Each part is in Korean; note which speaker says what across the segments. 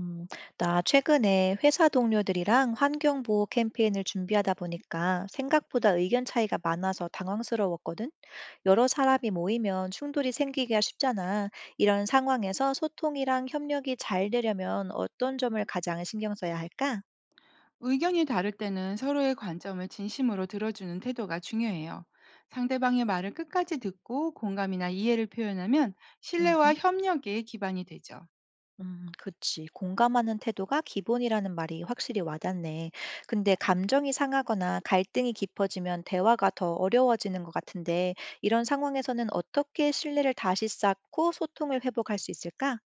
Speaker 1: 음, 나 최근에 회사 동료들이랑 환경보호 캠페인을 준비하다 보니까 생각보다 의견 차이가 많아서 당황스러웠거든. 여러 사람이 모이면 충돌이 생기기가 쉽잖아. 이런 상황에서 소통이랑 협력이 잘 되려면 어떤 점을 가장 신경 써야 할까?
Speaker 2: 의견이 다를 때는 서로의 관점을 진심으로 들어주는 태도가 중요해요. 상대방의 말을 끝까지 듣고 공감이나 이해를 표현하면 신뢰와
Speaker 1: 음.
Speaker 2: 협력의 기반이 되죠.
Speaker 1: 그치. 공감하는 태도가 기본이라는 말이 확실히 와닿네. 근데 감정이 상하거나 갈등이 깊어지면 대화가 더 어려워지는 것 같은데, 이런 상황에서는 어떻게 신뢰를 다시 쌓고 소통을 회복할 수 있을까?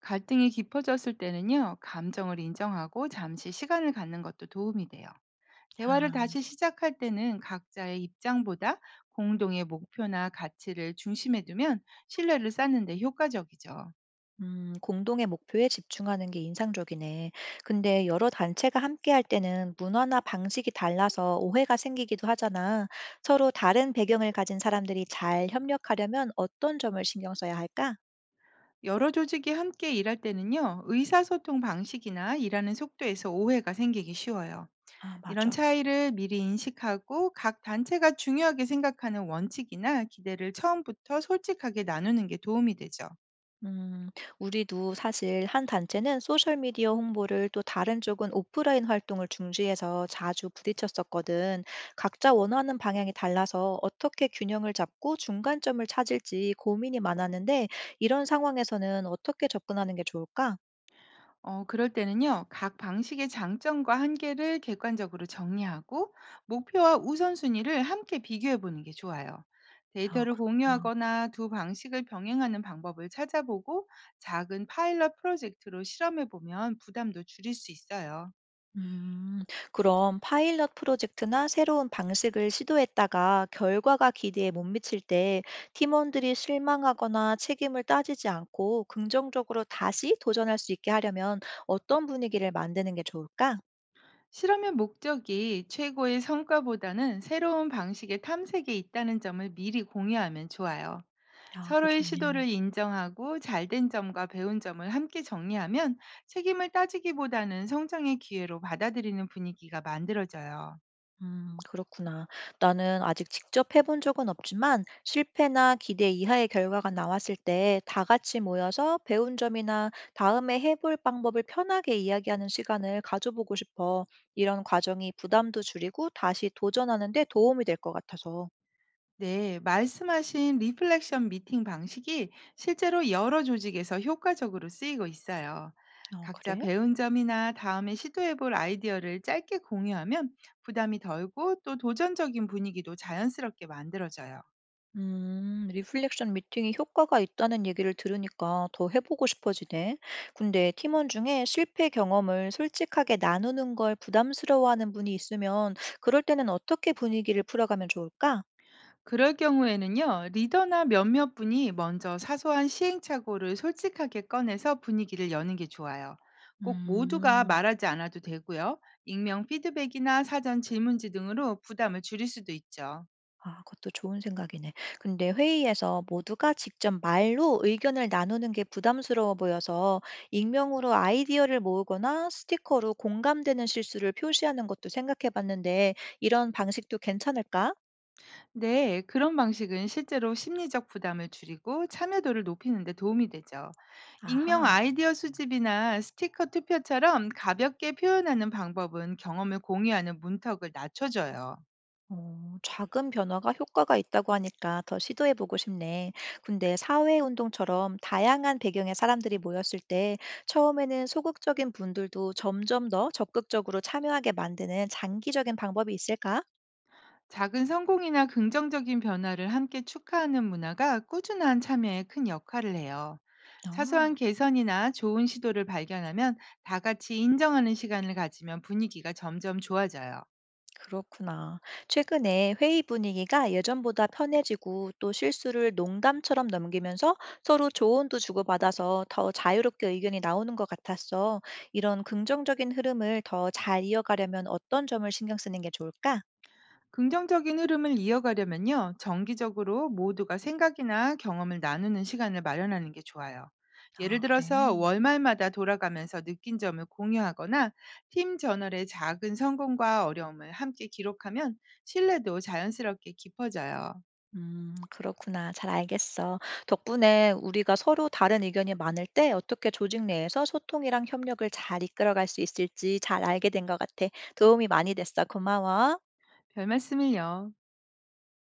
Speaker 2: 갈등이 깊어졌을 때는요, 감정을 인정하고 잠시 시간을 갖는 것도 도움이 돼요. 대화를
Speaker 1: 아,
Speaker 2: 다시 시작할 때는 각자의 입장보다 공동의 목표나 가치를 중심에 두면 신뢰를 쌓는 데 효과적이죠.
Speaker 1: 공동의 목표에 집중하는 게 인상적이네. 근데 여러 단체가 함께할 때는 문화나 방식이 달라서 오해가 생기기도 하잖아. 서로 다른 배경을 가진 사람들이 잘 협력하려면 어떤 점을 신경 써야 할까?
Speaker 2: 여러 조직이 함께 일할 때는요, 의사소통 방식이나 일하는 속도에서 오해가 생기기 쉬워요.
Speaker 1: 아,
Speaker 2: 이런
Speaker 1: 맞아.
Speaker 2: 차이를 미리 인식하고 각 단체가 중요하게 생각하는 원칙이나 기대를 처음부터 솔직하게 나누는 게 도움이 되죠.
Speaker 1: 음, 우리도 사실 한 단체는 소셜미디어 홍보를 또 다른 쪽은 오프라인 활동을 중시해서 자주 부딪혔었거든. 각자 원하는 방향이 달라서 어떻게 균형을 잡고 중간점을 찾을지 고민이 많았는데, 이런 상황에서는 어떻게 접근하는 게 좋을까?
Speaker 2: 그럴 때는요, 각 방식의 장점과 한계를 객관적으로 정리하고 목표와 우선순위를 함께 비교해 보는 게 좋아요.
Speaker 1: 아,
Speaker 2: 데이터를
Speaker 1: 그렇구나.
Speaker 2: 공유하거나 두 방식을 병행하는 방법을 찾아보고 작은 파일럿 프로젝트로 실험해 보면 부담도 줄일 수 있어요.
Speaker 1: 음, 그럼 파일럿 프로젝트나 새로운 방식을 시도했다가 결과가 기대에 못 미칠 때 팀원들이 실망하거나 책임을 따지지 않고 긍정적으로 다시 도전할 수 있게 하려면 어떤 분위기를 만드는 게 좋을까?
Speaker 2: 실험의 목적이 최고의 성과보다는 새로운 방식의 탐색에 있다는 점을 미리 공유하면 좋아요.
Speaker 1: 아, 그거
Speaker 2: 서로의
Speaker 1: 좋네.
Speaker 2: 시도를 인정하고 잘된 점과 배운 점을 함께 정리하면 책임을 따지기보다는 성장의 기회로 받아들이는 분위기가 만들어져요.
Speaker 1: 그렇구나. 나는 아직 직접 해본 적은 없지만 실패나 기대 이하의 결과가 나왔을 때 다 같이 모여서 배운 점이나 다음에 해볼 방법을 편하게 이야기하는 시간을 가져보고 싶어. 이런 과정이 부담도 줄이고 다시 도전하는 데 도움이 될 것 같아서.
Speaker 2: 네, 말씀하신 리플렉션 미팅 방식이 실제로 여러 조직에서 효과적으로 쓰이고 있어요.
Speaker 1: 어,
Speaker 2: 각자
Speaker 1: 그래?
Speaker 2: 배운 점이나 다음에 시도해볼 아이디어를 짧게 공유하면 부담이 덜고 또 도전적인 분위기도 자연스럽게 만들어져요.
Speaker 1: 리플렉션 미팅이 효과가 있다는 얘기를 들으니까 더 해보고 싶어지네. 근데 팀원 중에 실패 경험을 솔직하게 나누는 걸 부담스러워하는 분이 있으면 그럴 때는 어떻게 분위기를 풀어가면 좋을까?
Speaker 2: 그럴 경우에는요, 리더나 몇몇 분이 먼저 사소한 시행착오를 솔직하게 꺼내서 분위기를 여는 게 좋아요. 꼭 모두가
Speaker 1: 음,
Speaker 2: 말하지 않아도 되고요. 익명 피드백이나 사전 질문지 등으로 부담을 줄일 수도 있죠.
Speaker 1: 아, 그것도 좋은 생각이네. 근데 회의에서 모두가 직접 말로 의견을 나누는 게 부담스러워 보여서 익명으로 아이디어를 모으거나 스티커로 공감되는 실수를 표시하는 것도 생각해 봤는데 이런 방식도 괜찮을까?
Speaker 2: 네, 그런 방식은 실제로 심리적 부담을 줄이고 참여도를 높이는 데 도움이 되죠. 익명
Speaker 1: 아하.
Speaker 2: 아이디어 수집이나 스티커 투표처럼 가볍게 표현하는 방법은 경험을 공유하는 문턱을 낮춰줘요.
Speaker 1: 어, 작은 변화가 효과가 있다고 하니까 더 시도해 보고 싶네. 근데 사회 운동처럼 다양한 배경의 사람들이 모였을 때 처음에는 소극적인 분들도 점점 더 적극적으로 참여하게 만드는 장기적인 방법이 있을까?
Speaker 2: 작은 성공이나 긍정적인 변화를 함께 축하하는 문화가 꾸준한 참여에 큰 역할을 해요. 사소한
Speaker 1: 어.
Speaker 2: 개선이나 좋은 시도를 발견하면 다 같이 인정하는 시간을 가지면 분위기가 점점 좋아져요.
Speaker 1: 그렇구나. 최근에 회의 분위기가 예전보다 편해지고 또 실수를 농담처럼 넘기면서 서로 조언도 주고받아서 더 자유롭게 의견이 나오는 것 같았어. 이런 긍정적인 흐름을 더 잘 이어가려면 어떤 점을 신경 쓰는 게 좋을까?
Speaker 2: 긍정적인 흐름을 이어가려면요, 정기적으로 모두가 생각이나 경험을 나누는 시간을 마련하는 게 좋아요. 예를
Speaker 1: 아, 그래.
Speaker 2: 들어서 월말마다 돌아가면서 느낀 점을 공유하거나 팀 저널의 작은 성공과 어려움을 함께 기록하면 신뢰도 자연스럽게 깊어져요.
Speaker 1: 그렇구나. 잘 알겠어. 덕분에 우리가 서로 다른 의견이 많을 때 어떻게 조직 내에서 소통이랑 협력을 잘 이끌어갈 수 있을지 잘 알게 된 것 같아. 도움이 많이 됐어. 고마워.
Speaker 2: 별 말씀을요.